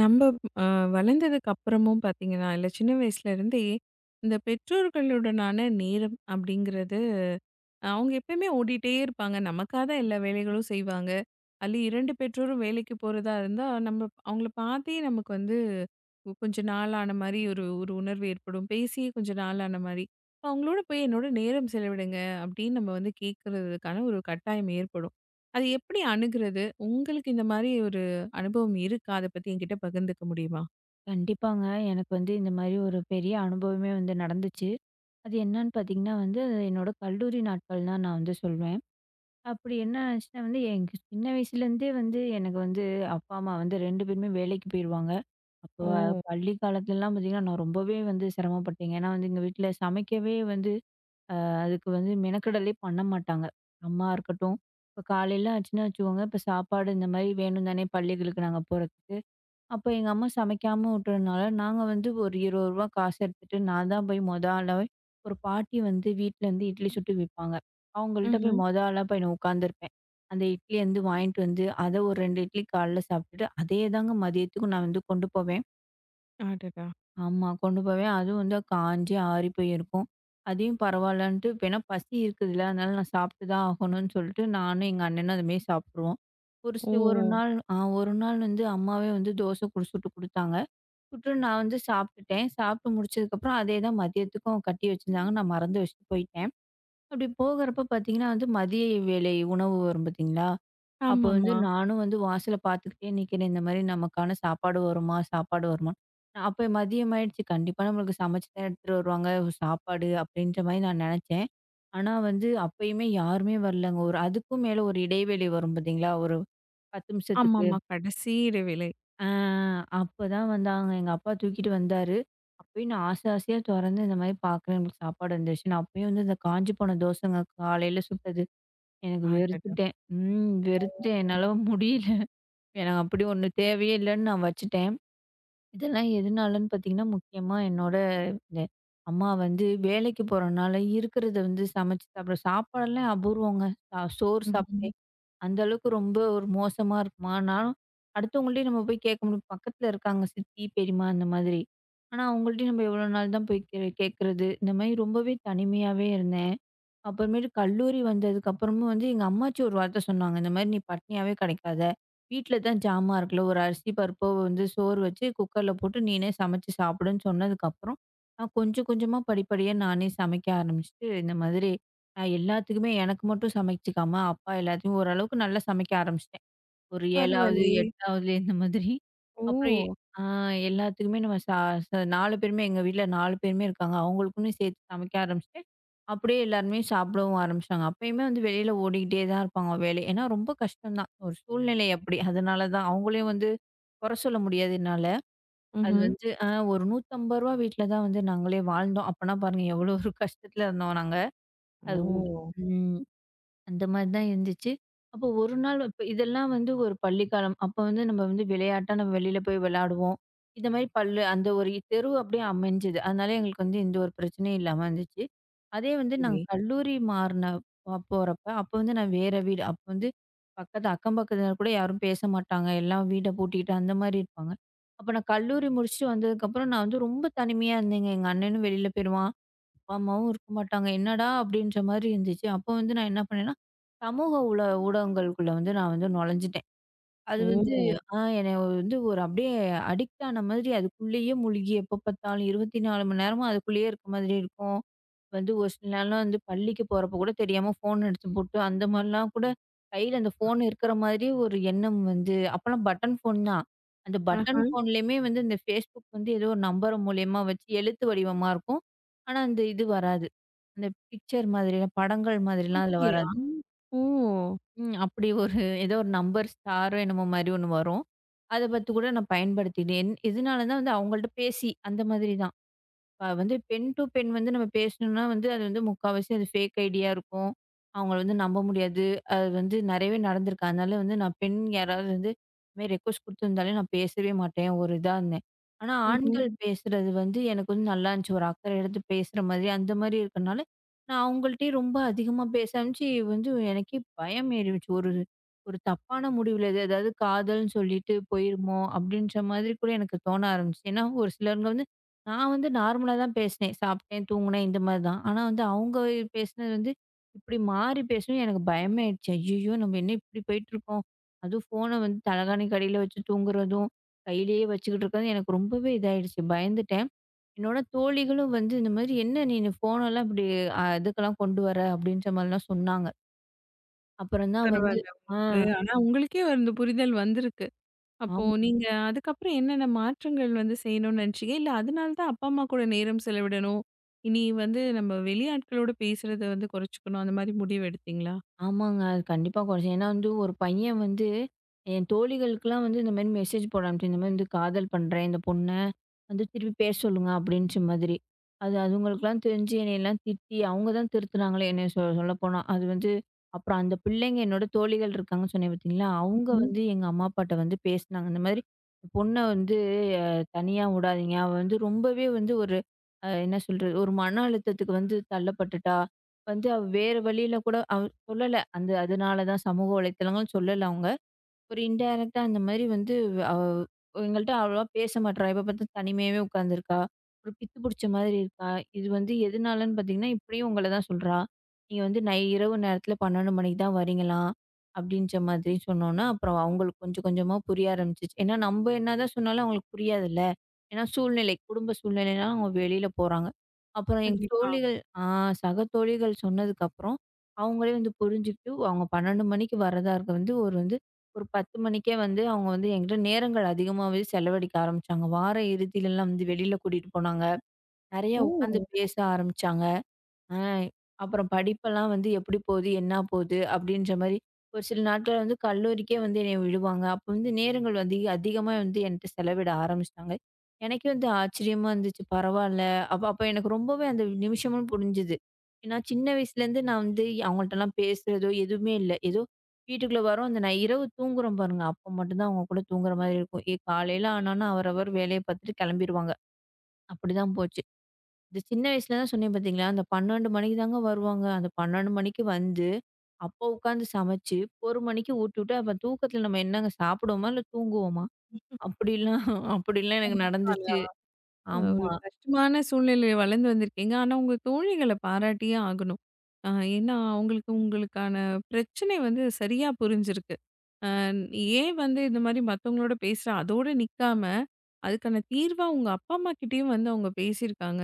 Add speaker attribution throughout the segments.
Speaker 1: நம்ம அ வளர்ந்ததுக்கு அப்புறமும் பார்த்தீங்கன்னா, இல்ல சின்ன வயசுல இருந்தே, இந்த பெற்றோர்களுடனான நேரம் அப்படிங்கிறது அவங்க எப்பயுமே ஓடிட்டே இருப்பாங்க. நமக்காக தான் எல்லா வேலைகளும் செய்வாங்க. அதுல 2 பெற்றோரும் வேலைக்கு போறதா இருந்தா, நம்ம அவங்கள பார்த்தே நமக்கு வந்து கொஞ்ச நாள் ஆன மாரி ஒரு ஒரு உணர்வு ஏற்படும். பேசியே கொஞ்ச நாள் ஆன மாரி. அவங்களோட போய் என்னோட நேரம் செலவிடுங்க அப்படின்னு நம்ம வந்து கேட்கறதுக்கான ஒரு கட்டாயம் ஏற்படும். அது எப்படி அணுகுறது? உங்களுக்கு இந்த மாரி ஒரு அனுபவம் இருக்கா? அத பத்தி என்கிட்ட பகிர்ந்துக்க முடியுமா?
Speaker 2: கண்டிப்பாங்க. எனக்கு இந்த மாரி ஒரு பெரிய அனுபவமே நடந்துச்சு. அது என்னன்னு பார்த்தீங்கன்னா அது என்னோட கல்லூரி நாட்கள் தான் நான் சொல்வேன். அப்படி என்ன ஆச்சுன்னா எனக்கு சின்ன வயசுலேருந்தே வந்து எனக்கு வந்து அப்பா, அம்மா 2 பேருமே வேலைக்கு போயிருவாங்க. அப்போ
Speaker 1: ஓ!
Speaker 2: பள்ளி காலத்துலலாம் பார்த்தீங்கன்னா, நான் ரொம்பவே சிரமப்பட்டேங்க. ஏன்னா எங்க வீட்ல சமைக்கவே அதுக்கு மெனக்கெடலே பண்ண மாட்டாங்க. அம்மா இருக்கட்டும், இப்போ காலையில ஆச்சுன்னா வச்சுக்கோங்க, இப்போ சாப்பாடு இந்த மாரி வேணும் தானே பள்ளிகளுக்கு நாங்க போறதுக்கு. அப்ப எங்க அம்மா சமைக்காம விட்டதுனால, நாங்க ஒரு ரூ. 20 காசு எடுத்துட்டு, நான் தான் போய் மொத ஆளா ஒரு பாட்டி வீட்லருந்து இட்லி சுட்டு விப்பாங்க. அவங்கள்ட்ட போய்
Speaker 1: ம்ஹ்ம்.
Speaker 2: மொத ஆளா போய் நான் உட்காந்துருப்பேன். அந்த இட்லிய வாங்கிட்டு வந்து, அத ஒரு 2 இட்லி காலைல சாப்பிட்டுட்டு, அதே தாங்க மதியத்துக்கும் நான் கொண்டு போவேன்.
Speaker 1: அடடா!
Speaker 2: ஆமா, கொண்டு போவேன். அதுவும் காஞ்சு ஆறி போயிருக்கும். அதையும் பரவாயில்லன்ட்டு இப்ப ஏன்னா பசி இருக்குதுல்ல, அதனால நான் சாப்பிட்டு தான் ஆகணும்னு சொல்லிட்டு, நானும் எங்க அண்ணனும் அதுமாரி சாப்பிட்ருவோம். ஒரு
Speaker 1: ஓ!
Speaker 2: சி ஒரு நாள் ஆ ஒரு நாள் அம்மாவே தோசை கூட சுட்டு குடுத்தாங்க. புட்டு நான் சாப்பிட்டுட்டேன். சாப்பிட்டு முடிச்சதுக்கப்புறம் அதே தான் மதியத்துக்கும் கட்டி வச்சிருந்தாங்க. நான் மறந்து வச்சுட்டு போயிட்டேன். அப்படி போகிறப்ப பார்த்தீங்கன்னா மதிய வேளை உணவு வரும் பார்த்தீங்களா? அப்போ
Speaker 1: ஆமாமா.
Speaker 2: நானும் வாசல பார்த்துக்கிட்டே நிக்கிறேன். இந்த மாரி நமக்கான சாப்பாடு வருமா? சாப்பாடு வருமான்னு. அப்போ மதியம் ஆயிடுச்சு. கண்டிப்பா நம்மளுக்கு சமைச்சு தான் எடுத்துட்டு வருவாங்க சாப்பாடு அப்படின்ற மாரி நான் நெனச்சேன். ஆனா அப்பயுமே யாருமே வரலங்க. ஒரு அதுக்கும் மேல ஒரு இடைவெளி வரும் பார்த்தீங்களா? ஒரு 10 நிமிஷத்துக்கு.
Speaker 1: ஆமாமா. கடைசி இடைவேளை.
Speaker 2: ஆ அப்பதான் வந்தாங்க. எங்க அப்பா தூக்கிட்டு வந்தாரு. அப்பயும் நான் ஆசை ஆசையா தொறந்து இந்த மாரி பார்க்குறேன், நம்மளுக்கு சாப்பாடு வந்துருச்சு. நான் அப்பயும் இந்த காஞ்சு போன தோசைங்க காலையில சுட்டது. எனக்கு
Speaker 1: அடடா!
Speaker 2: வெறுத்துட்டேன்.
Speaker 1: Oh.
Speaker 2: வெறுத்துட்டேன். என்னால முடியல. எனக்கு அப்படி ஒண்ணு தேவையே இல்லன்னு நான் வச்சுட்டேன். இதெல்லாம் எதுனாலன்னு பார்த்தீங்கன்னா, முக்கியமா என்னோட இந்த அம்மா வேலைக்கு போறனால இருக்கிறத சமைச்சு சாப்பிட சாப்பாடெல்லாம் அபூர்வங்க. சோறு
Speaker 1: Mhm.
Speaker 2: சாப்பிட்டேன். அந்த அளவுக்கு ரொம்ப ஒரு மோசமா இருக்குமா? நானும் அடுத்தவங்கள்ட்டயும் நம்ம போய் கேட்க முடியும். பக்கத்துல இருக்காங்க சித்தி, பெரியம்மா அந்த மாதிரி. ஆனா, அவங்கள்ட்டயும் நம்ம எவ்வளோ நாள் தான் போய் கேட்கறது? இந்த மாரி ரொம்பவே தனிமையாவே இருந்தேன். அப்புறமேட்டு கல்லூரி வந்ததுக்கப்புறமும் எங்க அம்மாச்சி ஒரு வார்த்தை சொன்னாங்க. இந்த மாரி, "நீ பட்னியாவே கெடைக்காத. வீட்ல தான் ஜாமான் இருக்குல்ல, ஒரு அரிசி, பருப்போ சோறு வச்சு குக்கர்ல போட்டு நீனே சமைச்சு சாப்பிடுன்னு" சொன்னதுக்கப்புறம், நான் கொஞ்சம் கொஞ்சமா படிப்படியா நானே சமைக்க ஆரம்பிச்சுட்டு, இந்த மாதிரி நான் எல்லாத்துக்குமே எனக்கு மட்டும் சமைச்சுக்காம, அப்பா எல்லாத்தையும் ஓரளவுக்கு நல்லா சமைக்க ஆரம்பிச்சுட்டேன். ஒரு 7வது, ஓ!
Speaker 1: Paravalli.
Speaker 2: 8வதுல இந்த மாதிரி. அப்புறம் எ
Speaker 1: Oh.
Speaker 2: ஆ எல்லாத்துக்குமே நம்ம ச ச 4 பேருமே எங்க வீட்ல 4 பேருமே இருக்காங்க. அவங்களுக்குன்னு சேர்த்து சமைக்க ஆரம்பிச்சுட்டேன். அப்படியே எல்லாருமே சாப்பிடவும் ஆரம்பிச்சாங்க. அப்பயுமே வெளியில ஓடிக்கிட்டே தான் இருப்பாங்க வேலை. ஏன்னா ரொம்ப கஷ்டம் தான். ஒரு சூழ்நிலை அப்படி. அதனால தான் அவங்களையும் குறை சொல்ல முடியாது என்னால. அது
Speaker 1: Mhm.
Speaker 2: வந்து ஆ ஒரு ரூ. 150 வீட்ல தான் நாங்களே வாழ்ந்தோம். அப்பன்னா பாருங்க எவ்வளோ ஒரு கஷ்டத்துல இருந்தோம் நாங்க. அது உ-
Speaker 1: Oh,
Speaker 2: ம். அந்த மாரி தான் இருந்துச்சு. அப்போ ஒரு நாள் இப்ப இதெல்லாம் ஒரு பள்ளி காலம். அப்போ நம்ம விளையாட்டா நம்ம வெளியில போய் விளையாடுவோம். இந்த மாரி பள்ளு அந்த ஒரு தெரு அப்படியே அமைஞ்சது. அதனால எங்களுக்கு எந்த ஒரு பிரச்சனையும் இல்லாம இருந்துச்சு. அதே
Speaker 1: சரி.
Speaker 2: நாங்க கல்லூரி மாறுன அ போறப்ப, அப்போ நான் வேற வீடு. அப்போ பக்கத்து அக்கம் பக்கத்தினர் கூட யாரும் பேச மாட்டாங்க. எல்லாம் வீட பூட்டிக்கிட்டு அந்த மாரி இருப்பாங்க. அப்போ நான் கல்லூரி முடிச்சுட்டு வந்ததுக்கப்புறம் நான் ரொம்ப தனிமையா இருந்தேங்க. எங்க அண்ணனும் வெளியில போயிருவான். அம்மாவும் இருக்க மாட்டாங்க. என்னடா! அப்படின்ற மாரி இருந்துச்சு. அப்போ நான் என்ன பண்ணேன்னா, சமூக ஊடகங்களுக்குள்ள நான் நுழைஞ்சுட்டேன். அது வந்து
Speaker 1: ஓ!
Speaker 2: ஆ என்னைய ஒரு அப்படியே அடிக்ட் ஆன மாதிரி அதுக்குள்ளேயே முழுகி எப்ப பார்த்தாலும் 24 மணி நேரமும் அதுக்குள்ளேயே இருக்க மாதிரி இருக்கும். ஒரு சில நாள்லாம் பள்ளிக்கு போறப்ப கூட தெரியாம ஃபோன் எடுத்து போட்டு, அந்த மாரிலாம் கூட கையில அந்த ஃபோன் இருக்கிற மாதிரி ஒரு எண்ணம் அப்பலாம் பட்டன் ஃபோன் தான். அந்த பட்டன்
Speaker 1: ஆஹா.
Speaker 2: ஃபோன்லயுமே இந்த Facebook ஏதோ ஒரு நம்பர் மூலியமா வச்சு எழுத்து வடிவமா இருக்கும். ஆனா, அந்த இது வராது. அந்த பிக்சர் மாதிரிலாம் படங்கள் மாதிரிலாம் அதில
Speaker 1: அப்படியா?
Speaker 2: வராது.
Speaker 1: ஓ!
Speaker 2: ம். அப்படி ஒரு ஏதோ ஒரு நம்பர் ஸ்டாரோ என்னமோ மாரி ஒண்ணு வரும். அத பார்த்து கூட நான் பயன்படுத்தினேன். இதனால தான் அவங்கள்ட்ட பேசி அந்த மாதிரி தான். இப்ப பெண் டூ பெண் நம்ம பேசணும்னா வந்து அது வந்து முக்காவாசி அது ஃபேக் ஐடியா இருக்கும். அவங்கள நம்ப முடியாது. அது வந்து நெறையவே நடந்திருக்கு. அதனால நான் பெண் யாராவது இதுமாரி ரெக்வெஸ்ட் குடுத்துருந்தாலே நான் பேசவே மாட்டேன். ஒரு இதா இருந்தேன். ஆனா
Speaker 1: ம்ஹ்ம்.
Speaker 2: ஆண்கள் பேசுறது வந்து எனக்கு வந்து நல்லா இருந்துச்சு. ஒரு அக்கறை எடுத்து பேசுற மாதிரி அந்த மாரி இருக்கனால, நான் அவங்கள்ட்டயும் ரொம்ப அதிகமா பேச ஆரம்பிச்சு எனக்கே பயம் ஏறிடுச்சு. ஒரு ஒரு தப்பான முடிவுல எதாவது காதல்ன்னு சொல்லிட்டு போயிருமோ! அப்பிடின்ற மாதிரி கூட எனக்கு தோண ஆரம்பிச்சுச்சு. ஏன்னா ஒரு சிலருங்க நான் நார்மலா தான் பேசினேன். சாப்பிட்டேன், தூங்குனேன் இந்த மாரி தான். ஆனா அவங்க பேசினது இப்படி மாறி பேசவும் எனக்கு பயமாயிடுச்சு. ஐய்யய்யோ! நம்ம என்ன இப்படி போயிட்டுருக்கோம். அதுவும் ஃபோன தலகாணிக்கு அடியில வச்சு தூங்குறதும், கையிலேயே வச்சுக்கிட்டு இருக்கறதும் எனக்கு ரொம்பவே இதாயிடுச்சு. பயந்துட்டேன். என்னோட தோழிகளும் இந்த மாதிரி, "என்ன நீனு ஃபோனெல்லாம் இப்படி இதுக்கெல்லாம் கொண்டு வர?" அப்படின்ற மாரிலாம் சொன்னாங்க. அப்புறம் தான் வந்து
Speaker 1: பரவால்ல
Speaker 2: ஆ
Speaker 1: உங்களுக்கு. ஆனா உங்களுக்கே அந்த புரிதல் வந்திருக்கு. அப்போ
Speaker 2: ஆமா.
Speaker 1: நீங்க அதுக்கப்புறம் என்னென்ன மாற்றங்கள் வந்து செய்யணும்னு நினைச்சீங்க? இல்ல அதனால தான் அப்பா, அம்மா கூட நேரம் செலவிடணும். இனி வந்து நம்ம வெளியாட்களோட பேசுறத வந்து குறைச்சுக்கணும். அந்த மாரி முடிவு எடுத்தீங்களா?
Speaker 2: ஆமாங்க. அது கண்டிப்பா கொறைச்சேன். ஏன்னா ஒரு பையன் என் தோழிகளுக்கெல்லாம் இந்த மாரி மெசேஜ் போட அனுப்பிச்சேன். இந்த மாரி காதல் பண்றேன் இந்த பொண்ண. திருப்பி பேச சொல்லுங்க அப்படின்ச்ச மாதிரி. அது அதுங்களுக்கெல்லாம் தெரிஞ்சு என்னையெல்லாம் திட்டி, அவங்க தான் திருத்துனாங்களே என்னைய சொல்லப்போனா. அது வந்து அப்புறம் அந்த பிள்ளைங்க என்னோட தோழிகள் இருக்காங்கன்னு சொன்னேன் பார்த்தீங்களா? அவங்க
Speaker 1: ம்ஹ்ம்.
Speaker 2: எங்க அம்மா அப்பாட்ட பேசினாங்க. இந்த மாதிரி பொண்ண வந்து அ தனியா விடாதீங்க. அவ ரொம்பவே வந்து ஒரு அ என்ன சொல்றது? ஒரு மன அழுத்தத்துக்கு தள்ளப்பட்டுட்டா. அவ வேற வழியில கூட அவ சொல்லல. அந்த அதனால தான் சமூக வலைத்தளங்கள் சொல்லல அவங்க. ஒரு இன்டைரக்ட்டா அந்த மாரி அவ எங்கள்ட்ட அவ்வளவா பேச மாட்றா. எப்ப பாத்தாலும் தனிமையாவே உட்காந்துருக்கா. ஒரு பித்து புடிச்ச மாதிரி இருக்கா. இது வந்து எதுனாலன்னு பாத்தீங்கன்னா, இப்படியும் உங்கள தான் சொல்றா. நீங்க வந்து நை இரவு நேரத்துல 12 மணிக்கு தான் வரீங்களாம். அப்படின்ற மாதிரி சொன்னோன்ன, அப்புறம் அவங்களுக்கு கொஞ்சம் கொஞ்சமா புரிய ஆரம்பிச்சுச்சு. ஏன்னா நம்ப என்னதான் சொன்னாலும் அவங்களுக்கு புரியாதுல்ல. ஏன்னா சூழ்நிலை, குடும்ப சூழ்நிலைனால அவங்க வெளியில போறாங்க. அப்புறம் எங்க
Speaker 1: கண்டிப்பா.
Speaker 2: தோழிகள் ஆ சக தோழிகள் சொன்னதுக்கப்புறம், அவங்களே புரிஞ்சுக்கிட்டு அவங்க 12 மணிக்கு வரதா இருக்க வந்து ஒரு வந்து ஒரு 10 மணிக்கே வந்து அவங்க வந்து என்கிட்ட நேரங்கள் அதிகமாவே செலவழிக்க ஆரம்பிச்சாங்க. வார இறுதியிலலாம் வெளியில கூட்டிட்டு போனாங்க. நெறைய உட்காந்து
Speaker 1: ஓ!
Speaker 2: பேச ஆரம்பிச்சாங்க. ஆ, அப்புறம் படிப்பெல்லாம் எப்படி போகுது, என்ன போகுது அப்படின்ற மாரி, ஒரு சில நாட்கள் கல்லூரிக்கே என்னைய விடுவாங்க. அப்போ நேரங்கள் அதிகமா என்ட்ட செலவிட ஆரம்பிச்சுட்டாங்க. எனக்கே ஆச்சரியமா இருந்துச்சு. பரவால்ல. அப்ப அப்ப எனக்கு ரொம்பவே அந்த நிமிஷமும் புரிஞ்சுது. ஏன்னா சின்ன வயசுலேருந்து நான் அவங்கள்ட்டலாம் பேசுறதோ எதுவுமே இல்ல. ஏதோ வீட்டுக்குள்ள வரோம். அந்த நான் இரவு தூங்குறோம் பாருங்க, அப்போ மட்டும் தான் அவங்க கூட தூங்குற மாரி இருக்கும். காலையில ஆனோன்னா அவரவர் வேலைய பார்த்துட்டு கிளம்பிருவாங்க. அப்படிதான் போச்சு. இந்த சின்ன வயசுல தான் சொன்னேன் பார்த்தீங்களா, அந்த 12 மணிக்கு தாங்க வருவாங்க. அந்த 12 மணிக்கு அப்போ உட்காந்து சமைச்சு, ஒரு மணிக்கு ஊட்டிவிட்டு, அப்ப தூக்கத்துல நம்ம என்னங்க சாப்பிடுவோமா? இல்ல தூங்குவோமா? அப்படிலாம் அப்படிலாம் எனக்கு நடந்துச்சு.
Speaker 1: கண்டிப்பா. ஒரு
Speaker 2: ஆமா,
Speaker 1: கஷ்டமான சூழ்நிலையில வளர்ந்து வந்திருக்கீங்க. ஆனா, உங்க தோழிகள பாராட்டியே ஆகணும். அ ஏன்னா, அவங்களுக்கு உங்களுக்கான பிரச்சனை வந்து சரியா புரிஞ்சிருக்கு. அன் ஏன் வந்து இந்த மாரி மத்தவங்களோட பேசுறா அதோட நிக்காம, அதுக்கான தீர்வா உங்க அப்பா, அம்மா கிட்டயும் வந்து அவங்க பேசியிருக்காங்க.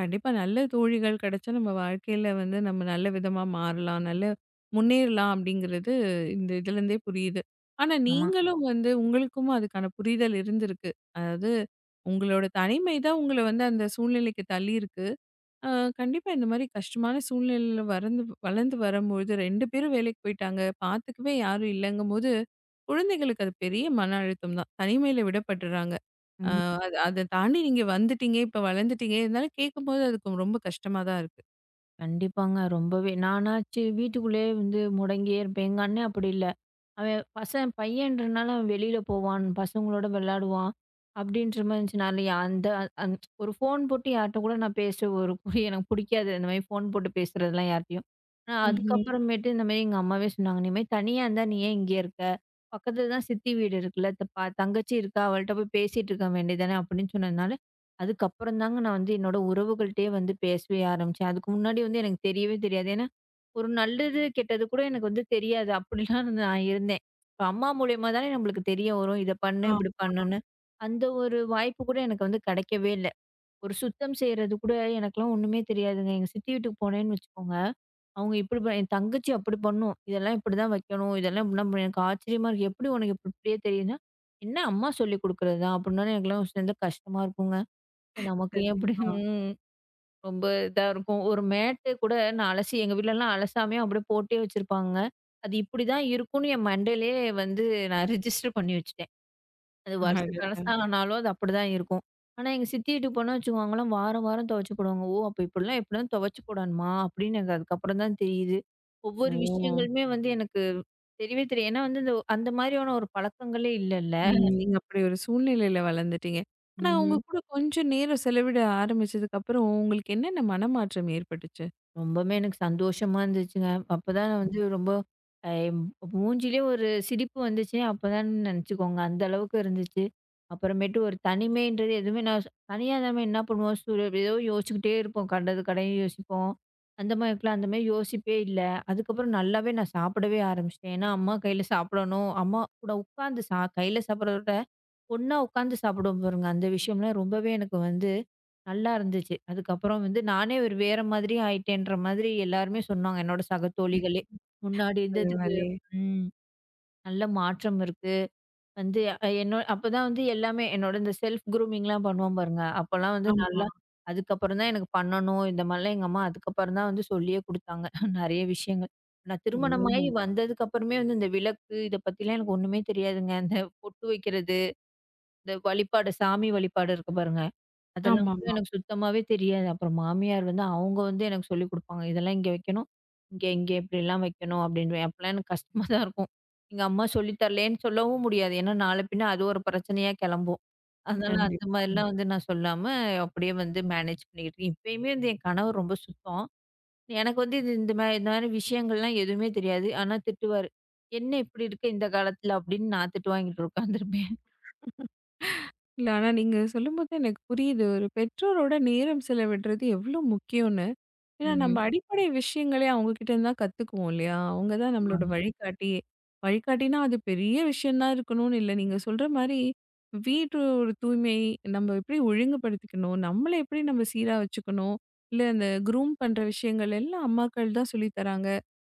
Speaker 1: கண்டிப்பா நல்ல தோழிகள் கிடைச்சா நம்ம வாழ்க்கையில வந்து நம்ம நல்ல விதமா மாறலாம், நல்ல முன்னேறலாம் அப்படிங்கிறது இந்த இதுலேருந்தே புரியுது. ஆனா
Speaker 2: ஆமா.
Speaker 1: நீங்களும் வந்து உங்களுக்கும் அதுக்கான புரிதல் இருந்திருக்கு. அதாவது உங்களோட தனிமை தான் உங்கள வந்து அந்த சூழ்நிலைக்கு தள்ளியிருக்கு. ஆ, கண்டிப்பா இந்த மாரி கஷ்டமான சூழ்நிலையில வறந்து வளர்ந்து வரும்பொழுது 2 பேரும் வேலைக்கு போயிட்டாங்க. பார்த்துக்கவே யாரும் இல்லங்கும்போது, குழந்தைகளுக்கு அது பெரிய மன அழுத்தம் தான். தனிமையில விடப்பட்டுறாங்க. ஆ
Speaker 2: ம்.
Speaker 1: அத தாண்டி நீங்க வந்துட்டீங்க, இப்ப வளர்ந்துட்டீங்க. இருந்தாலும் கேட்கும்போது அதுக்கு ரொம்ப கஷ்டமா தான் இருக்கு.
Speaker 2: கண்டிப்பாங்க. ரொம்பவே. நானாச்சு வீட்டுக்குள்ளேயே முடங்கியே இருப்பேன். எங்க அண்ணன் அப்படி இல்ல. அவன் பையன்றனால அவன் வெளியில போவான், பசங்களோட விளையாடுவான். அப்படின்ற மாரி இருந்துச்சு. நான் இல்ல அந்த அந் ஒரு ஃபோன் போட்டு யார்ட்ட கூட நான் பேச ஒரு எனக்கு பிடிக்காது. இந்த மாரி ஃபோன் போட்டு பேசுறதெல்லாம் யார்ட்டயும். ஆனா ம்.
Speaker 1: ம்ஹ்ம்.
Speaker 2: அதுக்கப்புறமேட்டு இந்த மாரி எங்க அம்மாவே சொன்னாங்க, "நீ மாரி தனியா இருந்தா நீ ஏன் இங்கேயே இருக்க? பக்கத்துல தான் சித்தி வீடு இருக்குல்ல. த பா தங்கச்சி இருக்கா, அவள்ட்ட போய் பேசிட்டு இருக்க வேண்டியதுதானே" அப்படின்னு சொன்னதுனால, அதுக்கப்புறம் தாங்க நான் என்னோட உறவுகள்ட்டயே பேசவே ஆரம்பிச்சேன். அதுக்கு முன்னாடி எனக்கு தெரியவே தெரியாது. ஏன்னா ஒரு நல்லது, கெட்டது கூட எனக்கு தெரியாது. அப்படிலாம் நான் இருந்தேன். இப்ப அம்மா மூலியமா தானே நம்மளுக்கு தெரிய வரும். இத பண்ணு, இப்படி
Speaker 1: ஆமா,
Speaker 2: பண்ணுன்னு. அந்த ஒரு வாய்ப்பு கூட எனக்கு கிடைக்கவே இல்ல. ஒரு சுத்தம் செய்றது கூட எனக்கெல்லாம் ஒண்ணுமே தெரியாதுங்க. எங்க சித்தி வீட்டுக்கு போனேன்னு வச்சுக்கோங்க, அவங்க இப்படி என் தங்கச்சி அப்படி பண்ணும். இதெல்லாம் இப்படிதான் வைக்கணும். இதெல்லாம் இப்படிதான் பண்ணணும். எனக்கு ஆச்சரியமா இருக்கு. எப்படி உனக்கு இப்ப இப்படியே தெரியுதுன்னா, "என்ன அம்மா சொல்லிக் குடுக்குறது தான்" அப்படின்னோனே எனக்கெல்லாம் ஒரு சின்ன கஷ்டமா இருக்குங்க. சரி, நமக்கு ஏன் இப்படி?
Speaker 1: கண்டிப்பா.
Speaker 2: ம். ரொம்ப இதா இருக்கும். ஒரு மேட்டு கூட நான் அலசி எங்க வீட்லலாம் அலசாமயே அப்படியே போட்டே வச்சிருப்பாங்க. அது இப்படிதான் இருக்கும்னு என் மண்டையிலயே வந்து நான் ரிஜிஸ்டர் பண்ணி வச்சுட்டேன். அது வருஷ
Speaker 1: அடடா!
Speaker 2: கணசா ஆனாலும் அது அப்படிதான் இருக்கும். ஆனா எங்க சித்தி வீட்டுக்கு போனா வச்சுக்கோங்களேன், வாரம் வாரம் துவைச்சு போடுவாங்க. ஓ! அப்ப இப்படிலாம் எப்படிலாம் துவைச்சு போடணுமா? அப்படின்னு எனக்கு அதுக்கப்புறம் தான் தெரியுது. ஒவ்வொரு
Speaker 1: ஓ!
Speaker 2: விஷயங்களுமே எனக்கு தெரியவே தெரியும். ஏன்னா வந்து இந்த அந்த மாதிரியான ஒரு பழக்கங்களே இல்லல்ல.
Speaker 1: ம். நீங்க அப்படி ஒரு சூழ்நிலையில வளர்ந்துட்டீங்க. ஆனா உங்க கூட கொஞ்சம் நேரம் செலவிட ஆரம்பிச்சதுக்கு அப்புறம், உங்களுக்கு என்னென்ன மனமாற்றம் ஏற்பட்டுச்சு?
Speaker 2: ரொம்பவுமே எனக்கு சந்தோஷமா இருந்துச்சுங்க. அப்பதான் நான் வந்து ரொம்ப அ மூஞ்சிலயே ஒரு சிரிப்பு வந்துச்சு. அப்பதான் நெனச்சுக்கோங்க. அந்த அளவுக்கு இருந்துச்சு. அப்புறமேட்டு ஒரு தனிமைன்றது எதுவுமே நான் தனியா நம்ம என்ன பண்ணுவோம், ஏதோ யோசிச்சுக்கிட்டே இருப்போம். கண்டது கடையும் யோசிப்போம். அந்த மாரி இருக்கலாம். அந்த மாரி யோசிப்பே இல்ல. அதுக்கப்புறம் நல்லாவே நான் சாப்பிடவே ஆரம்பிச்சுட்டேன். ஏன்னா, அம்மா கையில சாப்பிடணும். அம்மா கூட உட்காந்து கையில சாப்பிடுறத விட ஒண்ணா உட்காந்து சாப்பிடுவோம் பாருங்க. அந்த விஷயம்லாம் ரொம்பவே எனக்கு நல்லா இருந்துச்சு. அதுக்கப்புறம் நானே ஒரு வேற மாதிரி ஆயிட்டேன்ற மாதிரி எல்லாருமே சொன்னாங்க. என்னோட சக தோழிகளே. முன்னாடி இருந்ததுக்கு
Speaker 1: பரவாயில்லையே!
Speaker 2: ம். நல்ல மாற்றம் இருக்கு. வந்து அ என்னோ அப்பதான் எல்லாமே என்னோட இந்த செல்ஃப் க்ரூமிங்லாம் பண்ணுவோம் பாருங்க. அப்பலாம்
Speaker 1: ஆமா.
Speaker 2: நல்லா அதுக்கப்புறம் தான் எனக்கு பண்ணணும். இந்த மாரிலாம் எங்க அம்மா அதுக்கப்புறம் தான் சொல்லியே குடுத்தாங்க. நெறைய விஷயங்கள். நான்
Speaker 1: ஓ!
Speaker 2: திருமணமாகி வந்ததுக்கு அப்புறமே இந்த விளக்கு இத பத்திலாம் எனக்கு ஒண்ணுமே தெரியாதுங்க. இந்த பொட்டு வைக்கிறது. இந்த வழிபாடு, சாமி வழிபாடு இருக்கு பாருங்க. ம். அதெல்லாம் கூட
Speaker 1: ஆமாமா.
Speaker 2: எனக்கு சுத்தமாவே தெரியாது. அப்புறம் மாமியார் வந்து அவங்க வந்து எனக்கு சொல்லிக் குடுப்பாங்க. இதெல்லாம் இங்க வைக்கணும். இங்க இங்க இப்படிலாம் வைக்கணும் அப்படின்வேன். அப்பலாம் எனக்கு கஷ்டமா தான் இருக்கும். எங்க அம்மா சொல்லி தரலேன்னு சொல்லவும் முடியாது. ஏன்னா நாள பின்ன அது ஒரு பிரச்சனையா கெளம்பும். அதனால ம். அந்த
Speaker 1: கண்டிப்பா.
Speaker 2: மாதிரிலாம் நான் சொல்லாம அப்படியே மேனேஜ் பண்ணிக்கிட்டு இருக்கேன். இப்பயுமே என் கணவர் ரொம்ப சுத்தம். எனக்கு வந்து இது இந்த மாரி இந்த மாரி விஷயங்கள்லாம் எதுவுமே தெரியாது. ஆனா திட்டுவாரு. "என்ன இப்படி இருக்க இந்த காலத்துல?" அப்படின்னு நான் திட்டு வாங்கிட்டு உட்காந்துருப்பேன்.
Speaker 1: இல்ல ஆனா நீங்க சொல்லும்போது எனக்கு புரியுது. ஒரு பெற்றோரோட நேரம் செலவிடுறது எவ்ளோ முக்கியம்னு. ஏன்னா, நம்ம
Speaker 2: ம்.
Speaker 1: அடிப்படை விஷயங்களே அவங்ககிட்ட இருந்து தான் கத்துக்குவோம் இல்லையா? அவங்க தான் நம்மளோட
Speaker 2: ஆமாங்க.
Speaker 1: வழிகாட்டியே! வழிகாட்டினா, அது பெரிய விஷயம் தான் இருக்கணும்னு இல்ல. நீங்க சொல்ற மாரி, வீட்டு ஒரு தூய்மை, நம்ம எப்படி ஒழுங்குபடுத்திக்கணும்? நம்மள எப்படி நம்ம சீரா வச்சுக்கணும்? இல்ல இந்த குரூம் பண்ற விஷயங்கள் எல்லாம் அம்மாக்கள் தான் சொல்லி தராங்க.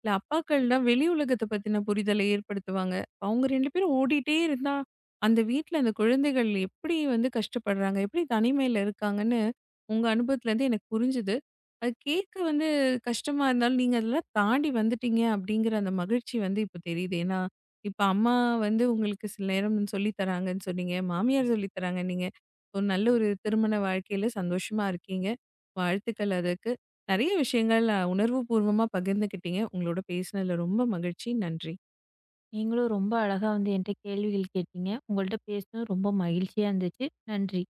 Speaker 1: இல்ல அப்பாக்கள் தான் வெளி உலகத்த பத்தின புரிதலை ஏற்படுத்துவாங்க. அவங்க 2 பேரும் ஓடிட்டே இருந்தா, அந்த வீட்ல அந்த குழந்தைகள் எப்படி வந்து கஷ்டப்படுறாங்க? எப்படி தனிமையில இருக்காங்கன்னு, உங்க அனுபவத்துலேருந்து எனக்கு புரிஞ்சுது. அது கேட்க வந்து கஷ்டமா இருந்தாலும், நீங்க அதெல்லாம் தாண்டி வந்துட்டீங்க அப்படிங்கிற அந்த மகிழ்ச்சி வந்து இப்ப தெரியுது. ஏன்னா, இப்ப அம்மா வந்து உங்களுக்கு சில நேரம் சொல்லி தராங்கன்னு சொன்னீங்க. மாமியார் சொல்லி தராங்க. நீங்க ஒரு நல்ல ஒரு திருமண வாழ்க்கையில சந்தோஷமா இருக்கீங்க. வாழ்த்துக்கள் அதுக்கு. நெறைய விஷயங்கள் உணர்வுபூர்வமா பகிர்ந்துக்கிட்டீங்க. உங்களோட பேசினதுல ரொம்ப மகிழ்ச்சி. நன்றி.
Speaker 2: நீங்களும் ரொம்ப அழகா என்கிட்ட கேள்விகள் கேட்டீங்க. உங்கள்ட்ட பேசினது ரொம்ப மகிழ்ச்சியா இருந்துச்சு. நன்றி.